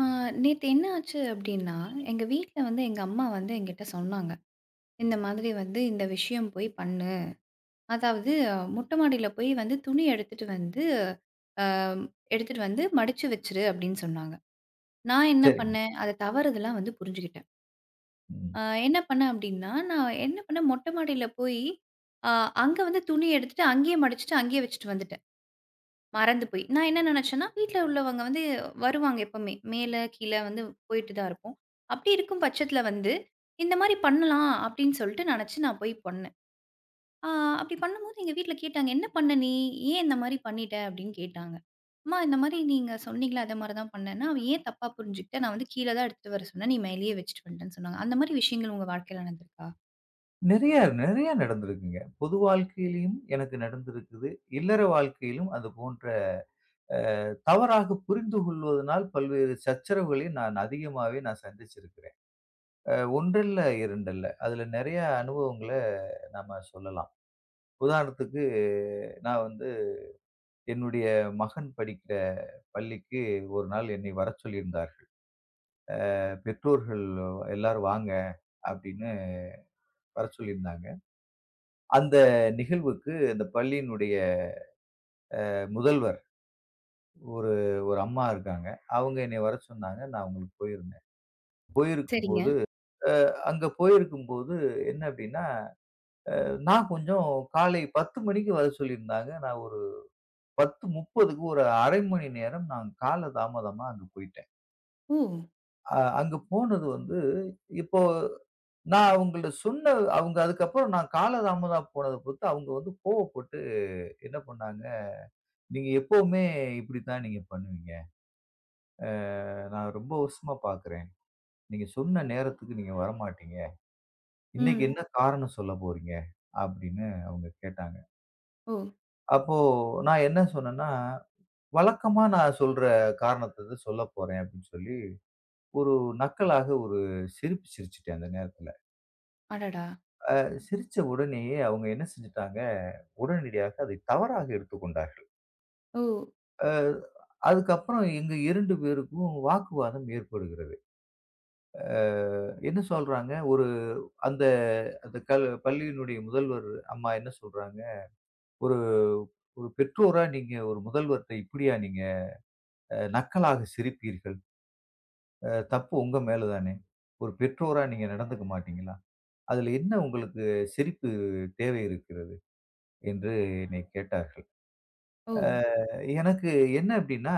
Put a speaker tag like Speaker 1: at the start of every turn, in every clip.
Speaker 1: ஆ, நேத்து என்ன ஆச்சு அப்டின்னா, எங்க வீட்ல வந்து எங்க அம்மா வந்து என்கிட்ட சொன்னாங்க. இந்த மாதிரி வந்து இந்த விஷயம் போய் பண்ணு. அதாவது மொட்ட மாடியில போய் வந்து துணி எடுத்துட்டு வந்து, அ எடுத்துட்டு வந்து மடிச்சு வச்சுரு அப்டின்னு சொன்னாங்க. நான் என்ன
Speaker 2: சரிங்க.
Speaker 1: பண்ணேன், அத தவறுதலா வந்து புரிஞ்சுகிட்டேன்.
Speaker 2: ம்.
Speaker 1: அ என்ன பண்ணேன் அப்டின்னா, நான் என்ன பண்ணேன் மொட்ட மாடியில போய், அ அங்க வந்து துணி எடுத்துட்டு, அங்கேயே மடிச்சுட்டு, அங்கேயே வச்சுட்டு வந்துட்டேன். மறந்து போய் நான் என்ன நினச்சேன்னா, வீட்ல உள்ளவங்க வந்து வருவாங்க எப்பவுமே. மேல, கீழ வந்து போயிட்டு தான் இருப்போம். அப்படி இருக்கும் பட்சத்தில வந்து, இந்த மாரி பண்ணலாம் அப்படின்னு சொல்லிட்டு நினச்சு நான் போய் பண்ணேன். ஆ அப்படி பண்ணும்போது எங்க வீட்ல கேட்டாங்க, "என்ன பண்ண நீ? ஏன் இந்த மாரி பண்ணிட்ட?" அப்படின்னு கேட்டாங்க. "அம்மா இந்த மாரி நீங்க சொன்னீங்கல்ல, அத மாரி தான் பண்ணேன்னா, அவ ஏன் தப்பா புரிஞ்சுக்கிட்டா? நான் வந்து கீழ தான் எடுத்துட்டு வர சொன்னேன். நீ மேலேயே வச்சுட்டு வந்துட்டேன்னு" சொன்னாங்க. அந்த மாரி விஷயங்கள் உங்க வாழ்க்கையில நடந்திருக்கா?
Speaker 2: நிறைய நிறைய நடந்திருக்குங்க. பொது வாழ்க்கையிலயும் எனக்கு நடந்திருக்குது. இல்லற வாழ்க்கையிலும் அது போன்ற தவறாக புரிந்து கொள்வதனால் பல்வேறு சச்சரவுகளை நான் அதிகமாவே சந்திச்சிருக்கிறேன். ஒன்றல்ல, 2 அல்ல. அதுல நிறைய அனுபவங்கள நாம சொல்லலாம். உதாரணத்துக்கு நான் வந்து என்னுடைய மகன் படிக்கிற பள்ளிக்கு ஒரு நாள் என்னை வரச் சொல்லியிருந்தார்கள். பெற்றோர்கள் எல்லாரும் வாங்க அப்படின்னு வரச் சொல்லியிருந்தாங்க. அந்த நிகழ்வுக்கு அந்த பள்ளியினுடைய முதல்வர் ஒரு ஒரு அம்மா இருக்காங்க. அவங்க என்னைய வர சொன்னாங்க. நான் அவங்களுக்கு போயிருந்தேன்.
Speaker 1: சரிங்க.
Speaker 2: போயிருக்கும்போது அங்க போயிருக்கும்போது என்ன அப்டின்னா, நான் கொஞ்சம் காலை 10 மணிக்கு வர சொல்லியிருந்தாங்க. நான் ஒரு 10:30க்கு ஒரு 1/2 மணி நேரம் நான் கால தாமதமா அங்க போயிட்டேன்.
Speaker 1: ஓ!
Speaker 2: அங்க போனது வந்து இப்போ நான் அவங்கள்ட்ட சொன்ன அவங்க அதுக்கப்புறம் நான் கால தாமதமா போனத பொறுத்து அவங்க வந்து கோவப்பட்டு என்ன பண்ணாங்க, "நீங்க எப்பவுமே இப்படித்தான் நீங்க பண்ணுவீங்க. நான் ரொம்ப வருஷமா பார்க்குறேன். நீங்க சொன்ன நேரத்துக்கு நீங்க வரமாட்டீங்க. இன்னைக்கு
Speaker 1: ம்.
Speaker 2: என்ன காரணம் சொல்ல போறீங்க?" அப்படின்னு அவங்க கேட்டாங்க.
Speaker 1: ஓ!
Speaker 2: அப்போ நான் என்ன சொன்னேன்னா, வழக்கமா நான் சொல்ற காரணத்த தான் சொல்லப் போறேன் அப்படின்னு சொல்லி, ஒரு நக்கலாக ஒரு சிரிப்பு சிரிச்சுட்டேன் அந்த நேரத்துல.
Speaker 1: அடடா!
Speaker 2: சிரிச்ச உடனேயே அவங்க என்ன செஞ்சுட்டாங்க, உடனடியாக அதை தவறாக எடுத்துக்கொண்டார்கள்.
Speaker 1: ஓ!
Speaker 2: அ அதுக்கப்புறம் எங்க 2 பேருக்கும் வாக்குவாதம் ஏற்படுகிறது. அ என்ன சொல்றாங்க, ஒரு அந்த அந்த பள்ளியினுடைய முதல்வர் அம்மா என்ன சொல்றாங்க, ஒரு ஒரு பெற்றோரா நீங்க ஒரு முதல்வர்ட்ட இப்படியா நீங்க நக்கலாக சிரிப்பீர்கள்? தப்பு உங்க மேல தானே! ஒரு பெற்றோரா நீங்க நடந்துக்க மாட்டீங்களா? அதுல என்ன உங்களுக்கு சிரிப்பு தேவை இருக்கிறது?" என்று என்னை கேட்டார்கள்.
Speaker 1: ஓ!
Speaker 2: அ எனக்கு என்ன அப்டின்னா,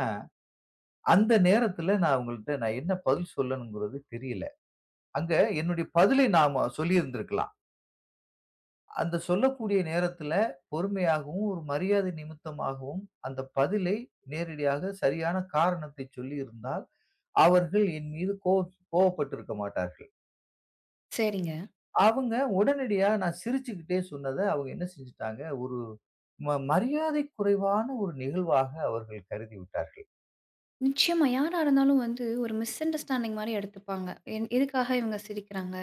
Speaker 2: அந்த நேரத்துல நான் அவங்கள்ட்ட நான் என்ன பதில் சொல்லணுங்கிறது தெரியல. அங்க என்னுடைய பதிலை நாம சொல்லியிருந்திருக்கலாம். அந்த சொல்லக்கூடிய நேரத்துல பொறுமையாகவும், ஒரு மரியாதை நிமித்தமாகவும் அந்த பதிலை நேரடியாக சரியான காரணத்தை சொல்லியிருந்தால் அவர்கள் என் மீது கோவப்பட்டிருக்க மாட்டார்கள்.
Speaker 1: சரிங்க.
Speaker 2: அவங்க உடனடியா நான் சிரிச்சுக்கிட்டே சொன்னத அவங்க என்ன செஞ்சுட்டாங்க, ஒரு மரியாதை குறைவான ஒரு நிகழ்வாக அவர்கள் கருதி விட்டார்கள்.
Speaker 1: நிச்சயமா. யாரா இருந்தாலும் வந்து ஒரு மிஸ் அண்டர்ஸ்டாண்டிங் மாரி எடுத்துப்பாங்க. என் எதுக்காக இவங்க சிரிக்கிறாங்க?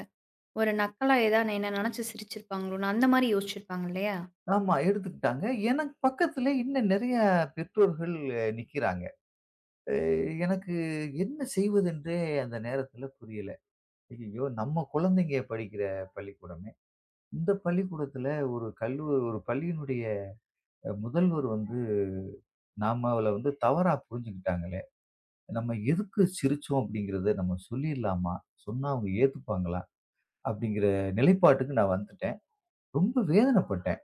Speaker 1: ஒரு நக்கலா ஏதாவது என்ன நெனச்சு சிரிச்சிருப்பாங்களோ? அந்த மாரி யோசிச்சிருப்பாங்க இல்லையா?
Speaker 2: ஆமா எடுத்துக்கிட்டாங்க. எனக்கு பக்கத்திலே இன்னும் நெறைய பெற்றோர்கள் நிக்கிறாங்க. அ எனக்கு என்ன செய்வதென்றே அந்த நேரத்தில புரியல. ஐயய்யோ! நம்ம குழந்தைங்க படிக்கிற பள்ளிக்கூடமே! இந்த பள்ளிக்கூடத்தில ஒரு கல்லூ ஒரு பள்ளியினுடைய முதல்வர் வந்து நம்மள வந்து தவறா புரிஞ்சுக்கிட்டாங்களே! நம்ம எதுக்கு சிரிச்சோம் அப்படிங்கிறத நம்ம சொல்லிடலாமா? சொன்னா அவங்க ஏத்துப்பாங்களா? அப்படிங்கிற நிலைப்பாட்டுக்கு நான் வந்துட்டேன். ரொம்ப வேதனைப்பட்டேன்.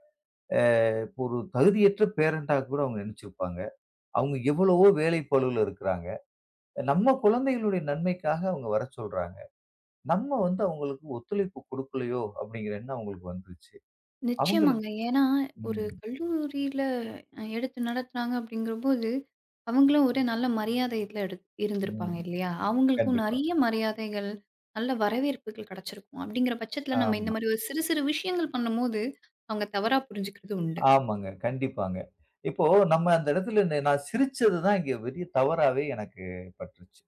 Speaker 2: அ இப்போ ஒரு தகுதியற்ற பேரண்டா கூட அவங்க நெனைச்சிருப்பாங்க. அவங்க எவ்வளவோ வேலை பளுவுல இருக்கிறாங்க. நம்ம குழந்தைகளுடைய நன்மைக்காக அவங்க வர சொல்றாங்க. நம்ம வந்து அவங்களுக்கு ஒத்துழைப்பு குடுக்கலையோ அப்படிங்கிற எண்ணம் அவங்களுக்கு வந்துருச்சு.
Speaker 1: நிச்சயமாங்க.
Speaker 2: அவங்களுக்கு
Speaker 1: ஏன்னா ஒரு
Speaker 2: ம்,
Speaker 1: கல்லூரியில எடுத்து நடத்துனாங்க அப்படிங்கிறபோது, அவங்களும் ஒரு நல்ல மரியாதை இதுல இருந்திருப்பாங்க
Speaker 2: ம்.
Speaker 1: இல்லையா? அவங்களுக்கும்
Speaker 2: கண்டிப்பா.
Speaker 1: நெறைய மரியாதைகள், நல்ல வரவேற்புகள் கெடைச்சிருக்கும். அப்படிங்கிற பட்சத்துல நம்ம இந்த
Speaker 2: ஆமா.
Speaker 1: மாரி ஒரு சிறு சிறு விஷயங்கள் பண்ணும்போது, அவங்க தவறா புரிஞ்சுக்கிறது உண்டு.
Speaker 2: ஆமாங்க. கண்டிப்பாங்க. இப்போ நம்ம அந்த இடத்துல நான் சிரிச்சது தான் இங்க பெரிய தவறாவே எனக்கு பட்டுருச்சு.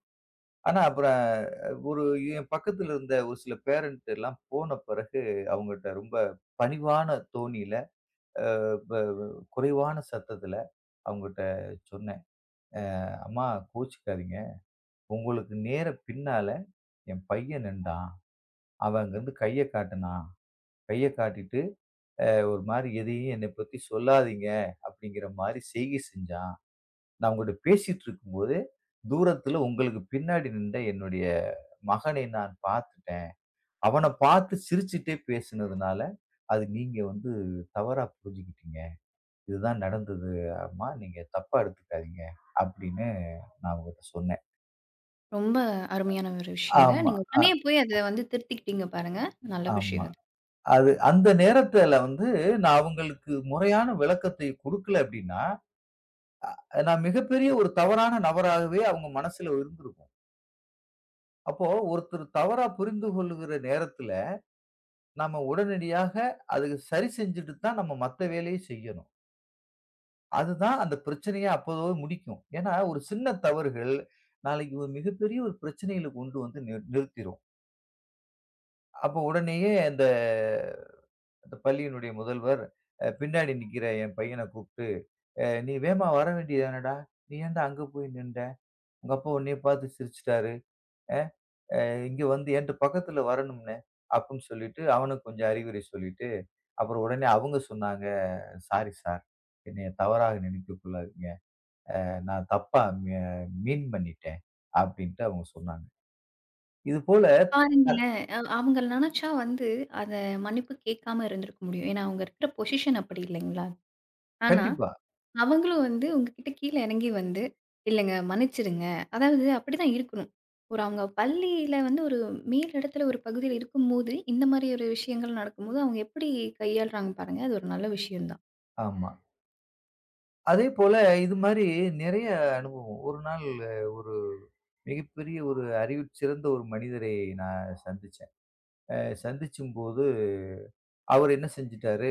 Speaker 2: ஆனா, அப்புறம் ஒரு என் பக்கத்துல இருந்த ஒரு சில பேரண்ட் எல்லாம் போன பிறகு, அவங்கட்ட ரொம்ப பணிவான தோணியில, ப ப குறைவான சத்தத்துல அவங்கட்ட சொன்னேன். "அம்மா கோச்சுக்காதீங்க. உங்களுக்கு நேர பின்னால என் பையன் நின்டான். அவன் அங்கருந்து கைய காட்டுனான். கைய காட்டிட்டு, ஒரு மாரி எதையும் என்னை பத்தி சொல்லாதீங்க.' அப்படிங்கிற மாரி செய்கை செஞ்சான். நான் உங்கட்ட பேசிட்டு இருக்கும்போது, தூரத்துல உங்களுக்கு பின்னாடி நின்ற என்னுடைய மகனை நான் பார்த்துட்டேன். அவன பார்த்து சிரிச்சுட்டே பேசினதுனால, அது நீங்க வந்து தவறா புரிஞ்சுகிட்டீங்க. இதுதான் நடந்தது அம்மா. நீங்க தப்பா எடுத்துக்காதீங்க." அப்படின்னு நான் அவங்கட்ட சொன்னேன்.
Speaker 1: ரொம்ப அருமையான ஒரு விஷயங்க.
Speaker 2: ஆமா.
Speaker 1: நீங்க
Speaker 2: அ
Speaker 1: உடனே போய் அத வந்து திருத்திக்கிட்டீங்க பாருங்க. நல்ல
Speaker 2: ஆமா.
Speaker 1: விஷயம் அது.
Speaker 2: அது அந்த நேரத்துல வந்து நான் அவங்களுக்கு முறையான விளக்கத்தை குடுக்கல அப்படின்னா, நான் மிகப்பெரிய ஒரு தவறான நபராகவே அவங்க மனசுல இருந்திருக்கும். அப்போ ஒருத்தர் தவறா புரிந்து கொள்ளுகிற நேரத்துல, நாம உடனடியாக அதுக்கு சரி செஞ்சுட்டு தான் நம்ம மத்த வேலையும் செய்யணும். அதுதான் அந்த பிரச்சனைய அப்போதோட முடிக்கும். ஏன்னா, ஒரு சின்ன தவறுகள் நாளைக்கு ஒரு மிகப்பெரிய ஒரு பிரச்சனையில கொண்டு வந்து நிறுத்திரும். அப்போ உடனேயே அந்த அந்த பள்ளியினுடைய முதல்வர் பின்னாடி நிக்கிற என் பையன கூப்ட்டு, நீ வேகமா வர வேண்டியது தானடா! நீ ஏன்டா அங்க போய் நின்ட? உங்க அப்பா உன்னைய பார்த்து சிரிச்சுட்டாரு. அ அ இங்க வந்து என்ட்ட பக்கத்துல வரணும்னே!" அப்டின்னு சொல்லிட்டு அவனுக்கு கொஞ்சம் அறிவுரை சொல்லிட்டு, அப்புறம் உடனே அவங்க சொன்னாங்க, "சாரி சார். என்னைய தவறாக நினைக்கக் கூடாது. நான் தப்பா மீன் பண்ணிட்டேன்" அப்படின்ட்டு அவங்க சொன்னாங்க. இதுபோல அ
Speaker 1: பாருங்களேன், அவங்க நெனச்சா வந்து அத மன்னிப்பு கேட்காம இருந்திருக்க முடியும். ஏன்னா, அவங்க இருக்கிற பொசிஷன் அப்படி இல்லைங்களா? ஆனா,
Speaker 2: கண்டிப்பா.
Speaker 1: அவங்களும் வந்து உங்ககிட்ட கீழ இறங்கி வந்து, "இல்லங்க மன்னிச்சிடுங்க." அதாவது அப்படிதான் இருக்கணும். ஒரு அவங்க பள்ளியில வந்து ஒரு மேல் இடத்துல ஒரு பகுதியில இருக்கும்போது, இந்த மாரி ஒரு விஷயங்கள் நடக்கும்போது, அவங்க எப்படி கையாளுறாங்க பாருங்க. அது ஒரு நல்ல விஷயம் தான்.
Speaker 2: ஆமா. அதேபோல இது மாரி நெறைய அனுபவம். ஒரு நாள் ஒரு மிகப்பெரிய ஒரு அறிவு சிறந்த ஒரு மனிதரை நான் சந்திச்சேன். அ சந்திச்சும்போது அவர் என்ன செஞ்சுட்டாரு,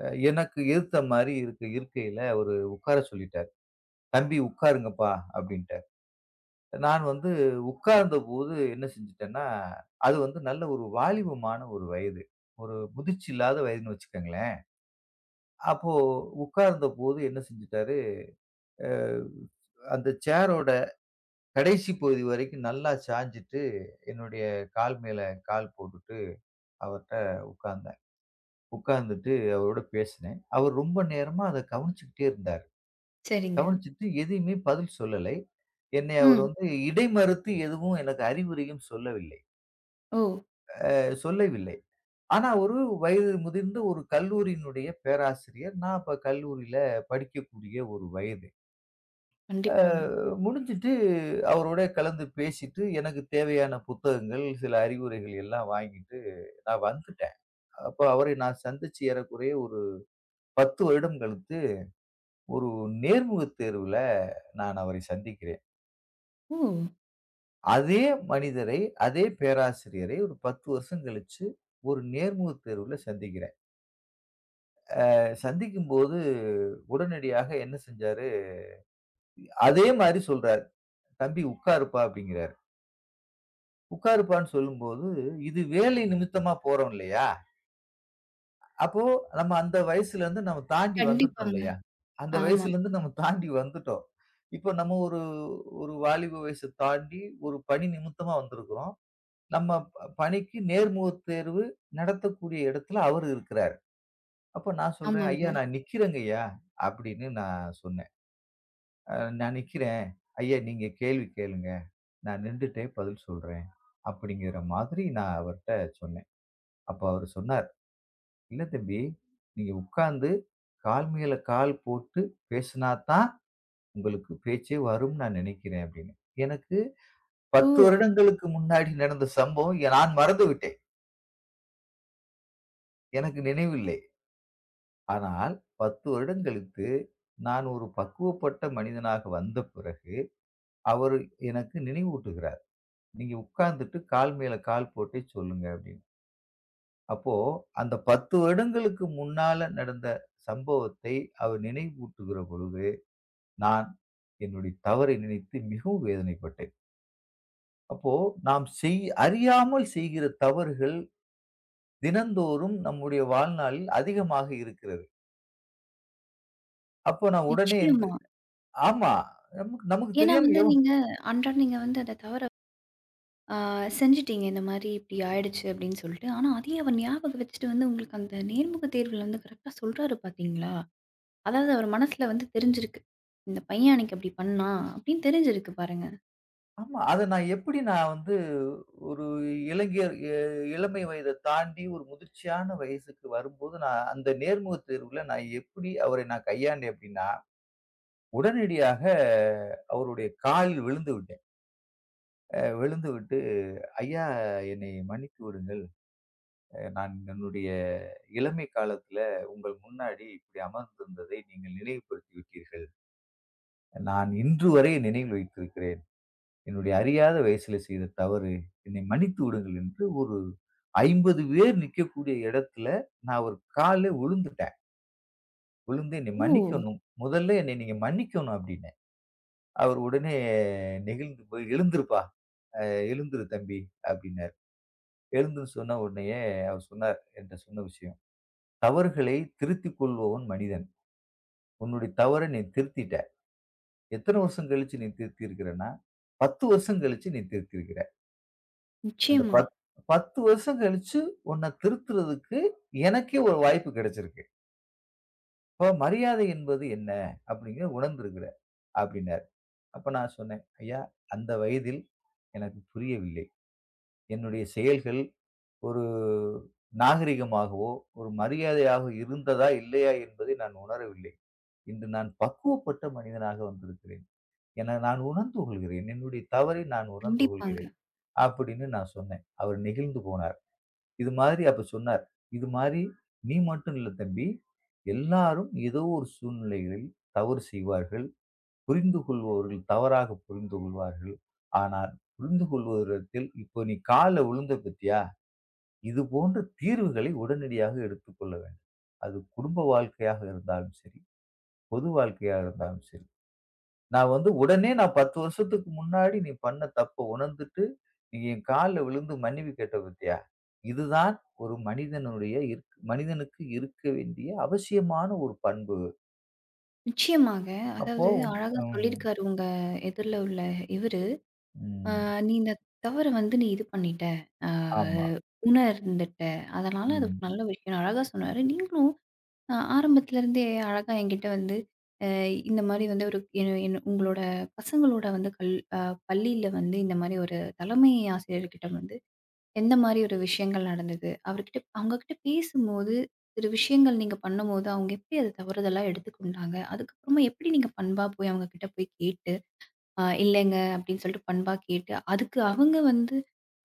Speaker 2: அ எனக்கு எதுத்த மாரி இருக்க இருக்கையில அவரு உட்கார சொல்லிட்டாரு. "தம்பி உட்காருங்கப்பா" அப்படின்ட்டாரு. நான் வந்து உட்கார்ந்தபோது என்ன செஞ்சுட்டேன்னா, அது வந்து நல்ல ஒரு வாலிபமான ஒரு வயது. ஒரு முதிர்ச்சி இல்லாத வயதுன்னு வச்சுக்கங்களேன். அப்போ உட்கார்ந்தபோது என்ன செஞ்சுட்டாரு, அ அந்த சேரோட கடைசி பகுதி வரைக்கும் நல்லா சாஞ்சுட்டு, என்னுடைய கால் மேல கால் போட்டுட்டு அவர்ட்ட உட்கார்ந்தேன். உட்கார்ந்துட்டு அவரோட பேசினேன். அவர் ரொம்ப நேரமா அத கவனிச்சுக்கிட்டே இருந்தார்.
Speaker 1: சரிங்க.
Speaker 2: கவனிச்சுட்டு எதையுமே பதில் சொல்லலை. என்னை அவர்
Speaker 1: ம்.
Speaker 2: வந்து இடைமறுத்து எதுவும் எனக்கு அறிவுரையும் சொல்லவில்லை.
Speaker 1: ஓ!
Speaker 2: அ சொல்லவில்லை. ஆனா, ஒரு வயது முதிர்ந்த ஒரு கல்லூரியினுடைய பேராசிரியர். நான் அப்ப கல்லூரியில படிக்கக்கூடிய ஒரு வயது. அ
Speaker 1: கண்டிப்பாங்க.
Speaker 2: முடிஞ்சுட்டு அவரோட கலந்து பேசிட்டு, எனக்கு தேவையான புத்தகங்கள், சில அறிவுரைகள் எல்லாம் வாங்கிட்டு நான் வந்துட்டேன். அப்ப அவரை நான் சந்திச்சு ஏறக்குறைய ஒரு 10 வருடம் கழித்து, ஒரு நேர்முகத் தேர்வுல நான் அவரை சந்திக்கிறேன்.
Speaker 1: ஓ!
Speaker 2: அதே மனிதரை, அதே பேராசிரியரை ஒரு 10 வருஷம் கழிச்சு ஒரு நேர்முகத் தேர்வுல சந்திக்கிறேன். சந்திக்கும்போது உடனடியாக என்ன செஞ்சாரு? அதே மாரி சொல்றாரு. "தம்பி உட்காருப்பா" அப்படிங்கிறாரு. உட்காருப்பான்னு சொல்லும்போது, இது வேலை நிமித்தமா போறோம் இல்லையா? அப்போ நம்ம அந்த வயசுலேருந்து நம்ம தாண்டி வந்துட்டோம்
Speaker 1: கண்டிப்பாங்க.
Speaker 2: இல்லையா? அந்த
Speaker 1: ஆமா.
Speaker 2: வயசுலேருந்து நம்ம தாண்டி வந்துட்டோம். இப்போ நம்ம ஒரு ஒரு வாலிப வயச தாண்டி ஒரு பணி நிமித்தமா வந்திருக்கிறோம். நம்ம பணிக்கு நேர்முகத் தேர்வு நடத்தக்கூடிய இடத்துல அவரு இருக்கிறாரு. அப்ப நான் சொல்றேன், "ஐயா
Speaker 1: ஆமாங்க.
Speaker 2: நான் நிக்கிறேங்கய்யா" அப்படின்னு நான் சொன்னேன். அ "நான் நிக்கிறேன். ஐயா நீங்க கேள்வி கேளுங்க. நான் நின்டுட்டே பதில் சொல்றேன்." அப்படிங்கிற மாதிரி நான் அவர்ட்ட சொன்னேன். அப்ப அவரு சொன்னார், "இல்ல தம்பி, நீங்க உட்கார்ந்து கால் மேல கால் போட்டு பேசினா தான் உங்களுக்கு பேச்சே வரும்னு நான் நினைக்கிறேன்." அப்படின்னு. எனக்கு
Speaker 1: ஓ!
Speaker 2: 10 வருடங்களுக்கு முன்னாடி நடந்த சம்பவம் நான் மறந்து விட்டேன். எனக்கு நினைவில்லை. ஆனால் 10 வருடம் கழித்து நான் ஒரு பக்குவப்பட்ட மனிதனாக வந்த பிறகு, அவரு எனக்கு நினைவூட்டுகிறார். "நீங்க உட்கார்ந்துட்டு கால் மேல கால் போட்டே சொல்லுங்க." அப்படின்னு. அப்போ அந்த 10 வருடங்களுக்கு முன்னால நடந்த சம்பவத்தை அவர் நினைவூட்டுகிற பொழுது, நான் என்னுடைய தவறை நினைத்து மிகவும் வேதனைப்பட்டேன். அப்போ நாம் அறியாமல் செய்கிற தவறுகள் தினந்தோறும் நம்முடைய வாழ்நாளில் அதிகமாக இருக்கிறது. அப்போ நான் உடனே எந்து
Speaker 1: நிச்சயமா.
Speaker 2: ஆமா. நமக்கு நமக்கு
Speaker 1: ஏன்னா
Speaker 2: தெரியாம
Speaker 1: வந்து
Speaker 2: எவ்
Speaker 1: நீங்க அன்றாடம் நீங்க வந்து அத தவற ஆ செஞ்சுட்டீங்க. இந்த மாரி இப்படி ஆயிடுச்சு அப்படின்னு சொல்லிட்டு. ஆனா அதையே அவர் ஞாபகம் வச்சுட்டு வந்து உங்களுக்கு அந்த நேர்முக தேர்வுல வந்து கரெக்ட்டா சொல்றாரு பார்த்தீங்களா? அதாவது அவர் மனசுல வந்து தெரிஞ்சிருக்கு. இந்த பையன் அன்னைக்கு அப்படி பண்ணான் அப்படின்னு தெரிஞ்சிருக்கு பாருங்க.
Speaker 2: ஆமா. அத நான் எப்படி நான் வந்து ஒரு இளைஞர் இளமை வயத தாண்டி ஒரு முதிர்ச்சியான வயசுக்கு வரும்போது, நான் அந்த நேர்முகத் தேர்வுல நான் எப்படி அவரை நான் கையாண்டேன் அப்படின்னா உடனடியாக அவருடைய காலில் விழுந்து விட்டேன். விழுந்து விட்டு, "ஐயா என்னை மன்னித்து விடுங்கள். நான் என்னுடைய இளமை காலத்தில உங்கள் முன்னாடி இப்படி அமர்ந்திருந்ததை நீங்கள் நினைவுபடுத்தி விட்டீர்கள். நான் இன்று வரை நினைவில் வைத்திருக்கிறேன். என்னுடைய அறியாத வயசில செய்த தவறு. என்னை மன்னித்து விடுங்கள்" என்று ஒரு 50 பேர் நிக்கக்கூடிய இடத்தில நான் அவர் கால்ல விழுந்துட்டேன். விழுந்து "என்னை
Speaker 1: ஓ!
Speaker 2: மன்னிக்கணும். முதல்ல என்னை நீங்க மன்னிக்கணும்" அப்படின்னேன். அவர் உடனே நெகிழ்ந்து போய், "எழுந்திருப்பா! அ எழுந்திரு தம்பி" அப்படின்னாரு. எழுந்துன்னு சொன்ன உடனேயே அவர் சொன்னார், என்ட்ட சொன்ன விஷயம். "தவறுகளை திருத்திக் கொள்பவன் மனிதன். உன்னுடைய தவற நீ திருத்திட்ட. எத்தன வருஷம் கழிச்சு நீ திருத்தி இருக்கிறன்னா, 10 வருஷம் கழிச்சு நீ திருத்தி இருக்கிற. அந்த
Speaker 1: நிச்சயமா.
Speaker 2: பத் 10 வருஷம் கழிச்சு உன்ன திருத்துறதுக்கு எனக்கே ஒரு வாய்ப்பு கிடைச்சிருக்கு. அப்ப மரியாதை என்பது என்ன அப்படிங்கிறத உணர்ந்திருக்கிற" அப்படின்னாரு. அப்ப நான் சொன்னேன், "ஐயா, அந்த வயதில் எனக்கு புரியவில்லை. என்னுடைய செயல்கள் ஒரு நாகரிகமாகவோ, ஒரு மரியாதையாக இருந்ததா? இல்லையா? என்பதை நான் உணரவில்லை. இன்று நான் பக்குவப்பட்ட மனிதனாக வந்திருக்கிறேன் என நான் உணர்ந்து கொள்கிறேன். என்னுடைய தவறை நான் உணர்ந்து
Speaker 1: கண்டிப்பாங்க.
Speaker 2: கொள்கிறேன்." அப்படின்னு நான் சொன்னேன். அவர் நெகிழ்ந்து போனார். இது மாதிரி அப்ப சொன்னார். "இது மாரி நீ மட்டும் இல்ல தம்பி. எல்லாரும் ஏதோ ஒரு சூழ்நிலைகளில் தவறு செய்வார்கள். புரிந்து கொள்பவர்கள் தவறாக புரிந்து கொள்வார்கள். ஆனால் புரிந்து கொள்வதிடத்தில் இப்போ நீ கால்ல விழுந்த பாத்தியா? இது போன்ற தீர்வுகளை உடனடியாக எடுத்துக்கொள்ள வேண்டும். அது குடும்ப வாழ்க்கையாக இருந்தாலும் சரி, பொது வாழ்க்கையா இருந்தாலும் சரி. நான் வந்து உடனே நான் 10 வருஷத்துக்கு முன்னாடி நீ பண்ண தப்ப உணர்ந்துட்டு, நீ என் கால்ல விழுந்து மன்னிப்பு கேட்ட பாத்தியா? இதுதான் ஒரு மனிதனுடைய மனிதனுக்கு இருக்க வேண்டிய அவசியமான ஒரு பண்பு."
Speaker 1: நிச்சயமாங்க.
Speaker 2: அப்போ
Speaker 1: அதாவது
Speaker 2: உன்
Speaker 1: அழகா
Speaker 2: ம்,
Speaker 1: சொல்லியிருக்காரு உங்க எதிர்ல உள்ள இவரு. ஆ
Speaker 2: ம்.
Speaker 1: நீ இந்த தவற வந்து நீ இது பண்ணிட்ட. ஆ
Speaker 2: ஆமா.
Speaker 1: உணர்ந்துட்ட. அதனால அது ஒரு
Speaker 2: ம்.
Speaker 1: நல்ல விஷயம். அழகா சொன்னாரு. நீங்களும் ஆரம்பத்துலருந்தே அழகா என்கிட்ட வந்து அ இந்த மாரி வந்து ஒரு என் என் உங்களோட பசங்களோட வந்து கல் அ பள்ளியில வந்து இந்த மாரி ஒரு தலைமை ஆசிரியர்கிட்ட வந்து எந்த மாரி ஒரு விஷயங்கள் நடந்தது? அவர்கிட்ட அவங்ககிட்ட பேசும்போது சில விஷயங்கள் நீங்க பண்ணும்போது, அவங்க எப்படி அத தவறுதலா எடுத்துக்கொண்டாங்க? அதுக்கப்புறமா எப்படி நீங்க பண்பா போய் அவங்க கிட்ட போய் கேட்டு இல்லைங்க அப்படின்னு சொல்லிட்டு பண்பா கேட்டு, அதுக்கு அவங்க வந்து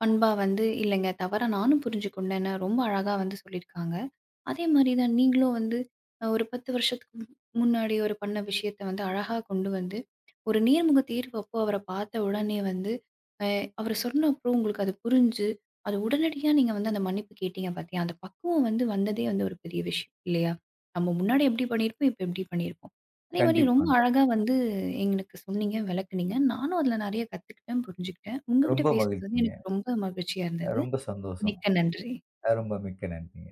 Speaker 1: பண்பா வந்து, இல்லைங்க தவறா நானும் புரிஞ்சு கொண்டேன்னு ரொம்ப அழகா வந்து சொல்லியிருக்காங்க. அதே மாரி தான் நீங்களும் வந்து ஒரு 10 வருஷத்துக்கு முன்னாடி ஒரு பண்ண விஷயத்த வந்து அழகா கொண்டு வந்து, ஒரு நேர்முக தேர்வு அப்போ அவர பார்த்த உடனே வந்து, அ அவரு சொன்ன அப்புறம் உங்களுக்கு அது புரிஞ்சு, அது உடனடியா நீங்க வந்து அந்த மன்னிப்பு கேட்டீங்க பார்த்தியா, அந்த பக்குவம் வந்து வந்ததே வந்து ஒரு பெரிய விஷயம் இல்லையா? நம்ம முன்னாடி எப்படி பண்ணியிருப்போம், இப்ப எப்படி பண்ணியிருப்போம். அதே மாரி ரொம்ப
Speaker 2: கண்டிப்பாங்க.
Speaker 1: அழகா வந்து எங்களுக்கு சொன்னீங்க, விளக்குனீங்க. நானும் அதில நெறைய கத்துக்கிட்டேன், புரிஞ்சுக்கிட்டேன். உங்ககிட்ட
Speaker 2: ரொம்ப
Speaker 1: பேசினது வந்து
Speaker 2: மகிழ்ச்சிங்க.
Speaker 1: எனக்கு ரொம்ப மகிழ்ச்சியா இருந்தது.
Speaker 2: ரொம்ப சந்தோஷம்.
Speaker 1: மிக்க நன்றி.
Speaker 2: ரொம்ப மிக்க நன்றி.